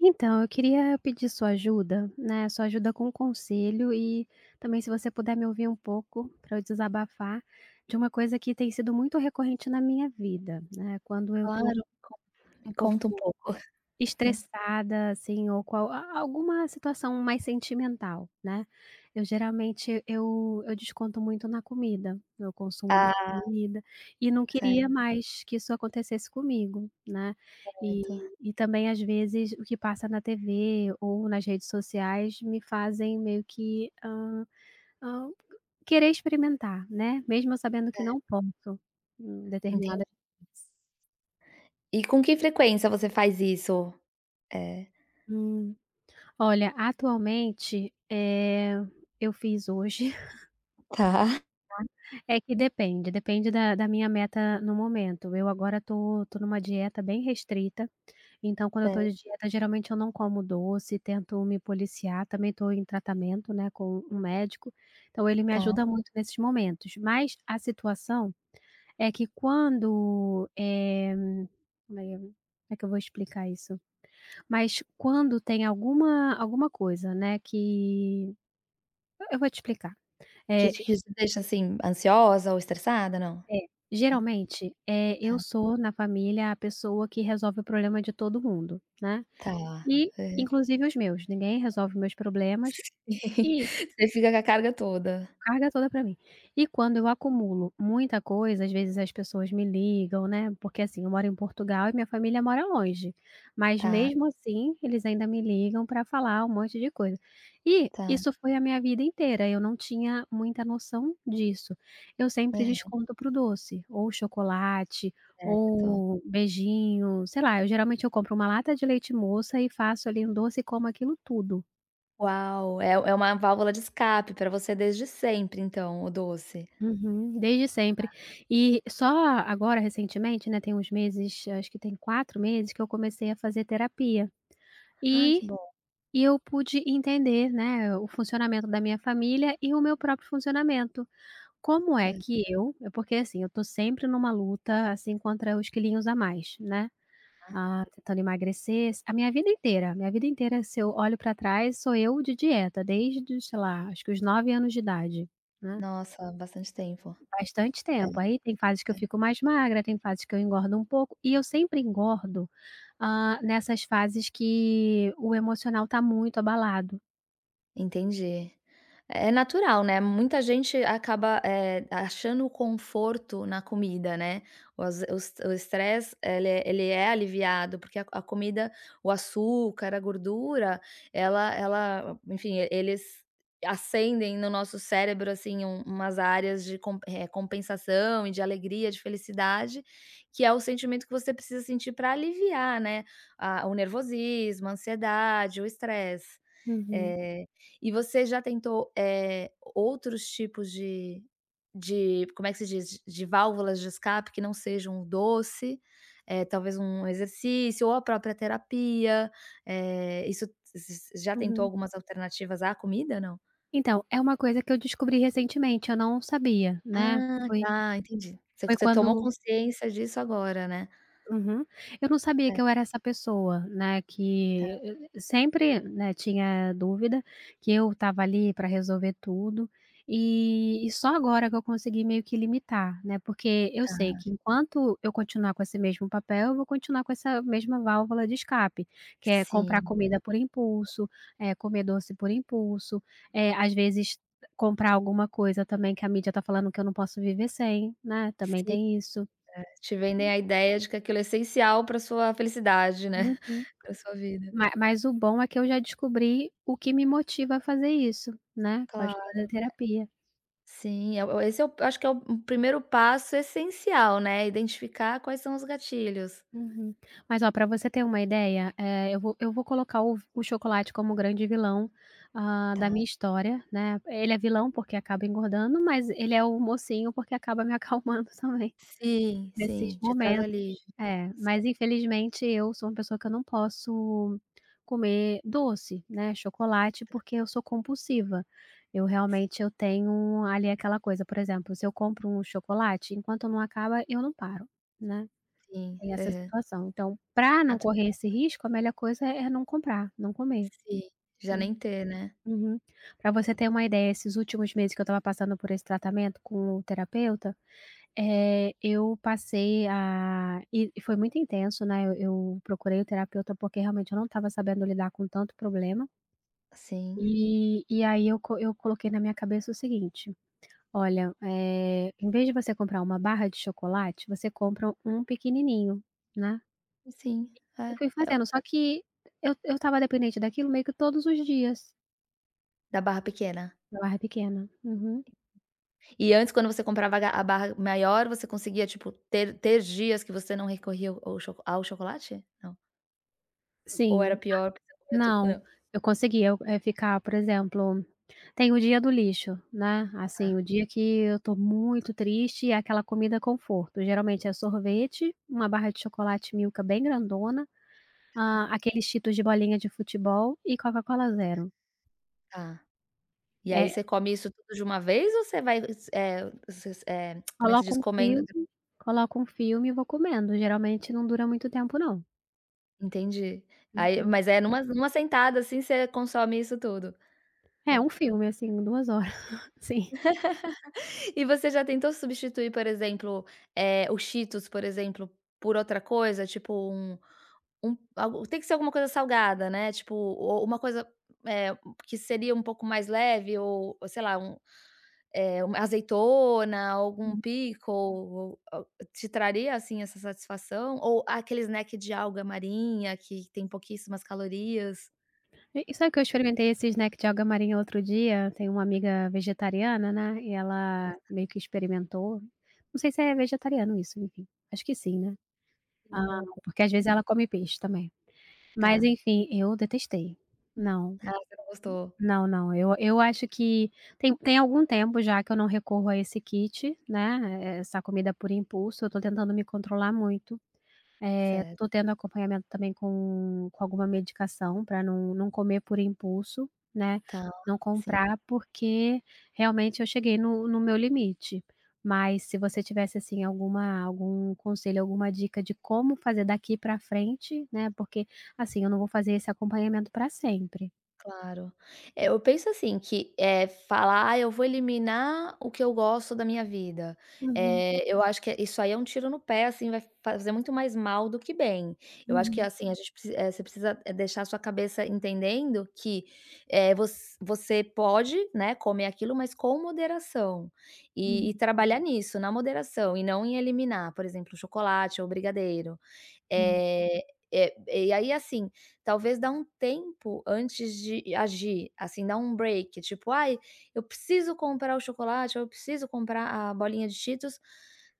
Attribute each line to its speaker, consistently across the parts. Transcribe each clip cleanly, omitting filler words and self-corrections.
Speaker 1: Então, eu queria pedir sua ajuda, né, sua ajuda com conselho e também se você puder me ouvir um pouco para eu desabafar de uma coisa que tem sido muito recorrente na minha vida, né, quando eu tô
Speaker 2: Claro, co me
Speaker 1: um pouco
Speaker 2: conta um pouco. Sim.
Speaker 1: estressada, assim, ou qual a alguma situação mais sentimental, né. Eu geralmente eu desconto muito na comida, no consumo da
Speaker 2: Ah,
Speaker 1: comida, e não queria mais que isso acontecesse comigo, né. E
Speaker 2: certo.
Speaker 1: e também às vezes o que passa na TV ou nas redes sociais me fazem meio que, hã, querer experimentar, né, mesmo eu sabendo que não posso,
Speaker 2: Entendi.
Speaker 1: determinada
Speaker 2: E com que frequência você faz isso? É.
Speaker 1: hum. Olha, atualmente, eu fiz hoje
Speaker 2: Tá,
Speaker 1: é que depende da minha meta no momento. Eu agora tô numa dieta bem restrita, então quando eu tô
Speaker 2: certo,
Speaker 1: de dieta, geralmente eu não como doce, tento me policiar, também tô em tratamento, né, com um médico, então ele me
Speaker 2: tá.
Speaker 1: ajuda muito nesses momentos. Mas a situação é que quando, como é que eu vou explicar isso? Mas quando tem alguma coisa, né, que eu vou te explicar.
Speaker 2: Que
Speaker 1: É,
Speaker 2: te que te deixa, assim, ansiosa ou estressada, não?
Speaker 1: é. Geralmente,
Speaker 2: Tá,
Speaker 1: eu sou na família a pessoa que resolve o problema de todo mundo, né,
Speaker 2: tá.
Speaker 1: e
Speaker 2: Aham.
Speaker 1: inclusive os meus. Ninguém resolve meus problemas e
Speaker 2: Você fica com a carga toda.
Speaker 1: carga toda pra mim. E quando eu acumulo muita coisa, às vezes as pessoas me ligam, né, porque, assim, eu moro em Portugal e minha família mora longe, mas
Speaker 2: Tá,
Speaker 1: mesmo assim eles ainda me ligam pra falar um monte de coisa. E
Speaker 2: tá.
Speaker 1: isso foi a minha vida inteira, eu não tinha muita noção disso. Eu sempre
Speaker 2: Aham.
Speaker 1: desconto pro doce, ou chocolate,
Speaker 2: Certo.
Speaker 1: ou beijinho, sei lá, eu geralmente eu compro uma lata de leite moça e faço ali um doce e como aquilo tudo.
Speaker 2: Uau, é uma válvula de escape pra você desde sempre então, o doce.
Speaker 1: Uhum, desde sempre. E só agora recentemente, né, tem uns meses, acho que tem 4 meses que eu comecei a fazer terapia.
Speaker 2: Ai,
Speaker 1: E
Speaker 2: que bom.
Speaker 1: e eu pude entender, né, o funcionamento da minha família e o meu próprio funcionamento. Como
Speaker 2: Tá.
Speaker 1: é que eu é porque, assim, eu tô sempre numa luta, assim, contra os quilinhos a mais, né. Ah, tentando emagrecer a minha vida inteira se eu olho pra trás sou eu de dieta desde, sei lá, acho que os 9 anos de idade, né.
Speaker 2: Nossa, bastante tempo.
Speaker 1: Bastante
Speaker 2: É,
Speaker 1: tempo. Aí tem fases que eu
Speaker 2: é.
Speaker 1: fico mais magra, tem fases que eu engordo um pouco, e eu sempre engordo, nessas fases que o emocional tá muito abalado.
Speaker 2: Entendi. É natural, né, muita gente acaba, achando o conforto na comida, né, o as o es o estresse ele é aliviado, porque a comida, o açúcar, a gordura, ela enfim, eles acendem no nosso cérebro, assim, umas áreas de compensação e de alegria, de felicidade, que é o sentimento que você precisa sentir para aliviar, né, a o nervosismo, a ansiedade, o estresse.
Speaker 1: Uhum,
Speaker 2: Eh e você já tentou, outros tipos de como é que se diz? De válvulas de escape que não sejam o doce, talvez um exercício ou a própria terapia, eh, isso já tentou
Speaker 1: uhum.
Speaker 2: algumas alternativas à comida, não?
Speaker 1: Então, é uma coisa que eu descobri recentemente, eu não sabia, né.
Speaker 2: Ah,
Speaker 1: Foi
Speaker 2: tá, entendi. Você
Speaker 1: foi
Speaker 2: você tomou
Speaker 1: quando.
Speaker 2: consciência disso agora, né?
Speaker 1: Uhum. Eu não sabia
Speaker 2: Tá,
Speaker 1: que eu era essa pessoa, né,
Speaker 2: tá,
Speaker 1: que sempre, né, tinha dúvida, que eu estava ali para resolver tudo, e só agora que eu consegui meio que limitar, né, porque eu
Speaker 2: tá.
Speaker 1: sei que enquanto eu continuar com esse mesmo papel, eu vou continuar com essa mesma válvula de escape, que é comprar
Speaker 2: Sim,
Speaker 1: comida por impulso, é comer doce por impulso, é às vezes comprar alguma coisa também que a mídia tá falando que eu não posso viver sem, né, também
Speaker 2: sim.
Speaker 1: tem isso.
Speaker 2: Te vendem a ideia de que aquilo é essencial para sua felicidade, né,
Speaker 1: Uhum.
Speaker 2: para sua vida.
Speaker 1: Ma mas o bom é que eu já descobri o que me motiva a fazer isso, né, com a ajuda
Speaker 2: Claro.
Speaker 1: da terapia.
Speaker 2: Sim, é o esse é o acho que é o primeiro passo essencial, né, identificar quais são os gatilhos.
Speaker 1: Uhum. Mas ó, pra você ter uma ideia, eu vou colocar o chocolate como o grande vilão, da
Speaker 2: Tá.
Speaker 1: minha história, né. Ele é vilão porque acaba engordando, mas ele é o mocinho porque acaba me acalmando também.
Speaker 2: Sim,
Speaker 1: Nesses
Speaker 2: sim, te traz
Speaker 1: momentos.
Speaker 2: alívio.
Speaker 1: É,
Speaker 2: Sim,
Speaker 1: mas infelizmente eu sou uma pessoa que eu não posso comer doce, né, chocolate, porque eu sou compulsiva. Eu
Speaker 2: sim,
Speaker 1: realmente eu tenho ali aquela coisa, por exemplo, se eu compro um chocolate, enquanto não acaba, eu não paro, né,
Speaker 2: sim.
Speaker 1: tem essa
Speaker 2: Aham.
Speaker 1: situação. Então, para
Speaker 2: É
Speaker 1: não correr
Speaker 2: natural.
Speaker 1: esse risco, a melhor coisa é não comprar, não comer.
Speaker 2: Sim, já
Speaker 1: Hum,
Speaker 2: nem ter, né.
Speaker 1: uhum. Pra você ter uma ideia, esses últimos meses que eu estava passando por esse tratamento com o terapeuta, eu passei a e foi muito intenso, né, eu procurei o terapeuta, porque realmente eu não estava sabendo lidar com tanto problema,
Speaker 2: Sim,
Speaker 1: e aí eu coloquei na minha cabeça o seguinte: "Olha, em vez de você comprar uma barra de chocolate, você compra um pequenininho", né,
Speaker 2: sim.
Speaker 1: e
Speaker 2: É,
Speaker 1: fui
Speaker 2: é o
Speaker 1: fazendo, só que eu estava dependente daquilo meio que todos os dias,
Speaker 2: Da barra pequena.
Speaker 1: da barra pequena. Uhum.
Speaker 2: E antes quando você comprava a ga a barra maior, você conseguia, tipo, ter dias que você não recorria ao ao choco ao chocolate? Não. Ou era
Speaker 1: Sim.
Speaker 2: pior porque você comia tudo?
Speaker 1: Não,
Speaker 2: Não.
Speaker 1: eu conseguia, ficar, por exemplo. Tem o dia do lixo, né,
Speaker 2: Tá,
Speaker 1: assim, o dia que eu tô muito triste e é aquela comida conforto, geralmente é sorvete, uma barra de chocolate Milka bem grandona,
Speaker 2: tá,
Speaker 1: ah, aqueles Cheetos de bolinha de futebol e Coca-Cola Zero.
Speaker 2: tá. E aí
Speaker 1: É,
Speaker 2: você come isso tudo de uma vez ou você vai, como é que se
Speaker 1: coloco
Speaker 2: diz?
Speaker 1: um
Speaker 2: Comendo
Speaker 1: filme coloco um filme e vou comendo, geralmente não dura muito tempo não.
Speaker 2: entendi. Aí
Speaker 1: Uhum.
Speaker 2: mas é numa sentada, assim, você consome isso tudo.
Speaker 1: É,
Speaker 2: É.
Speaker 1: um filme, assim, 2 horas, sim.
Speaker 2: E você já tentou substituir, por exemplo, o Cheetos, por exemplo, por outra coisa? Tipo um algo tem que ser alguma coisa salgada, né, tipo, ou uma coisa, eh, que seria um pouco mais leve ou, sei lá, um uma azeitona, algum pickle, a te traria, assim, essa satisfação? Ou aquele snack de alga marinha que tem pouquíssimas calorias?
Speaker 1: E sabe que eu experimentei esse snack de alga marinha outro dia, tem uma amiga vegetariana, né, e
Speaker 2: É,
Speaker 1: ela meio que experimentou, não sei se é vegetariano isso, enfim, acho que sim, né.
Speaker 2: sim,
Speaker 1: Ah,
Speaker 2: eu adoro.
Speaker 1: porque às vezes ela come peixe também. Mas
Speaker 2: Tá.
Speaker 1: enfim, eu detestei. Não,
Speaker 2: Ah, você não gostou.
Speaker 1: não, não, eu acho que tem algum tempo já que eu não recorro a esse kit, né, essa comida por impulso, eu tô tentando me controlar muito. Tô
Speaker 2: Certo,
Speaker 1: tendo acompanhamento também com alguma medicação para não comer por impulso, né,
Speaker 2: tá,
Speaker 1: não
Speaker 2: sim.
Speaker 1: comprar, porque realmente eu cheguei no meu limite. Mas se você tivesse, assim, algum conselho, alguma dica de como fazer daqui para frente, né, porque, assim, eu não vou fazer esse acompanhamento para sempre.
Speaker 2: Claro. É, eu penso assim que, falar: "Ah, eu vou eliminar o que eu gosto da minha vida",
Speaker 1: Uhum,
Speaker 2: eu acho que isso aí é um tiro no pé, assim, vai fazer muito mais mal do que bem. Eu acho que,
Speaker 1: uhum,
Speaker 2: assim, a gente preci eh, você precisa, deixar a sua cabeça entendendo que, eh, voc você pode, né, comer aquilo, mas com moderação.
Speaker 1: uhum,
Speaker 2: E trabalhar nisso, na moderação, e não em eliminar, por exemplo, o chocolate ou o brigadeiro.
Speaker 1: uhum,
Speaker 2: Eh, eh, e aí, assim, talvez dá um tempo antes de agir, assim, dá um break, tipo: "Ai, eu preciso comprar o chocolate, eu preciso comprar a bolinha de Cheetos".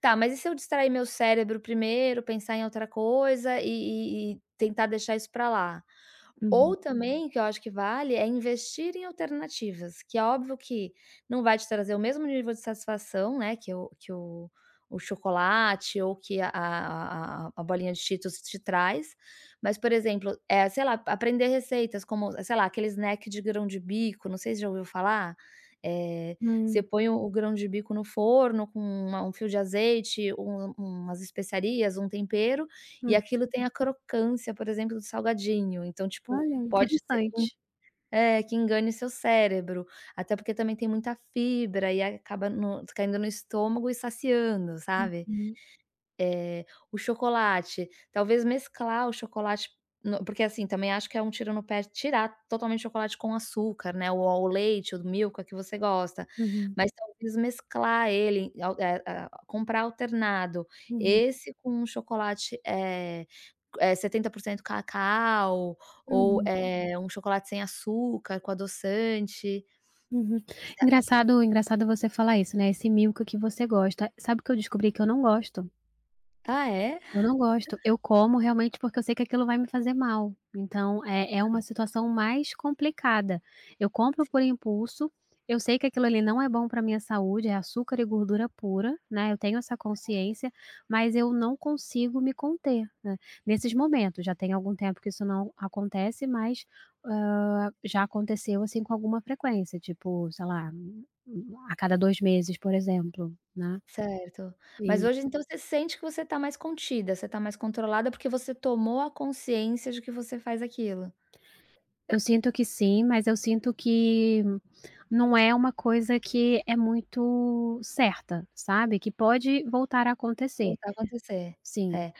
Speaker 2: Tá, mas e se eu distrair meu cérebro primeiro, pensar em outra coisa e tentar deixar isso pra lá? Ou
Speaker 1: uhum.
Speaker 2: também, que eu acho que vale, é investir em alternativas, que é óbvio que não vai te trazer o mesmo nível de satisfação, né, que o chocolate ou que a bolinha de Cheetos te traz, mas, por exemplo, sei lá, aprender receitas como, sei lá, aquele snack de grão de bico, não sei se já ouviu falar? é Você
Speaker 1: Hum,
Speaker 2: põe o grão de bico no forno com uma um fio de azeite, umas especiarias, um tempero, e
Speaker 1: hum.
Speaker 2: aquilo tem a crocância, por exemplo, do salgadinho, então, tipo,
Speaker 1: Olha.
Speaker 2: pode ser
Speaker 1: Interessante.
Speaker 2: que engane seu cérebro, até porque também tem muita fibra e acaba caindo no estômago e saciando, sabe?
Speaker 1: Uhum,
Speaker 2: Eh, o chocolate, talvez mesclar o chocolate no porque, assim, também acho que é um tiro no pé tirar totalmente o chocolate com açúcar, né, ou ao leite, ou do Milka que você gosta,
Speaker 1: uhum,
Speaker 2: mas talvez mesclar ele al eh, ah, comprar alternado,
Speaker 1: uhum,
Speaker 2: esse com chocolate, é, 70% cacau ou,
Speaker 1: uhum.
Speaker 2: um chocolate sem açúcar com adoçante.
Speaker 1: Uhum. Engraçado engraçado você falar isso, né, esse Milka que você gosta. Sabe o que eu descobri que eu não gosto?
Speaker 2: Ah, é?
Speaker 1: Eu não gosto. Eu como realmente porque eu sei que aquilo vai me fazer mal. Então é uma situação mais complicada. Eu compro por impulso, eu sei que aquilo ali não é bom para minha saúde, é açúcar e gordura pura, né, eu tenho essa consciência, mas eu não consigo me conter, né, nesses momentos. Já tem algum tempo que isso não acontece, mas, já aconteceu, assim, com alguma frequência, tipo, sei lá, a cada 2 meses, por exemplo, né,
Speaker 2: Certo. Mas
Speaker 1: e
Speaker 2: hoje então você sente que você tá mais contida, você tá mais controlada, porque você tomou a consciência de que você faz aquilo.
Speaker 1: eu sinto que sim, mas eu sinto que não é uma coisa que é muito certa, sabe, que pode voltar a acontecer,
Speaker 2: Voltar a acontecer.
Speaker 1: sim.
Speaker 2: É.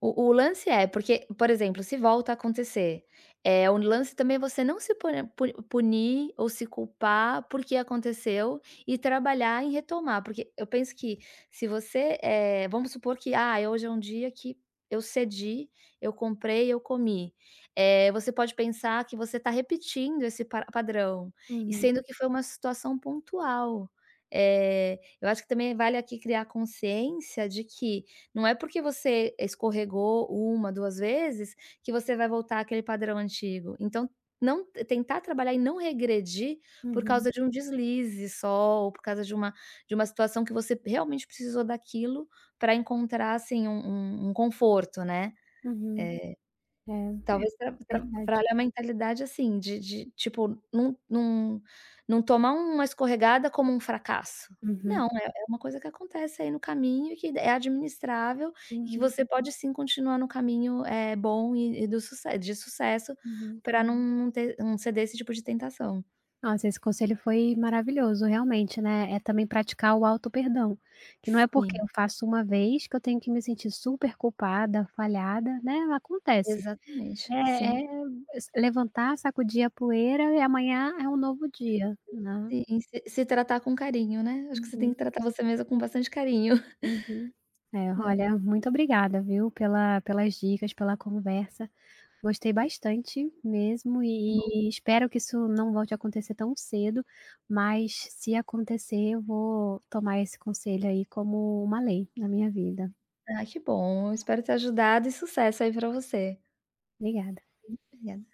Speaker 2: O lance é porque, por exemplo, se volta a acontecer, é o lance também é você não se pune pu punir ou se culpar porque aconteceu e trabalhar em retomar, porque eu penso que se você, vamos supor que, ah, hoje é um dia que eu cedi, eu comprei, eu comi. Você pode pensar que você está repetindo esse pa padrão, e
Speaker 1: Uhum,
Speaker 2: sendo que foi uma situação pontual. Eu acho que também vale aqui criar consciência de que não é porque você escorregou uma 2 vezes que você vai voltar àquele padrão antigo. Então, não tentar trabalhar e não regredir por
Speaker 1: uhum,
Speaker 2: causa de um deslize só, ou por causa de uma situação que você realmente precisou daquilo para encontrar, assim, um conforto, né.
Speaker 1: uhum. É,
Speaker 2: Talvez
Speaker 1: é verdade.
Speaker 2: trabalhar a mentalidade, assim, de tipo, não tomar uma escorregada como um fracasso.
Speaker 1: Uhum.
Speaker 2: Não, é uma coisa que acontece aí no caminho e que é administrável e que
Speaker 1: Uhum,
Speaker 2: você pode sim continuar no caminho, bom e do suce de sucesso
Speaker 1: uhum.
Speaker 2: pra não ter não ceder esse tipo de tentação.
Speaker 1: Nossa, esse conselho foi maravilhoso, realmente, né, é também praticar o auto-perdão, que não é porque
Speaker 2: Sim.
Speaker 1: eu faço uma vez que eu tenho que me sentir super culpada, falhada, né, acontece.
Speaker 2: Exatamente. Sim,
Speaker 1: É levantar, sacudir a poeira e amanhã é um novo dia, né.
Speaker 2: sim. Se se tratar com carinho, né. Acho que você tem
Speaker 1: Uhum,
Speaker 2: que tratar você mesma com bastante carinho.
Speaker 1: uhum. É,
Speaker 2: É.
Speaker 1: olha, muito obrigada, viu, pelas dicas, pela conversa. Gostei bastante mesmo
Speaker 2: Que bom.
Speaker 1: e espero que isso não volte a acontecer tão cedo, mas se acontecer, eu vou tomar esse conselho aí como uma lei na minha vida.
Speaker 2: Ah, que bom. Eu espero ter ajudado e sucesso aí pra você.
Speaker 1: Obrigada.
Speaker 2: Obrigada.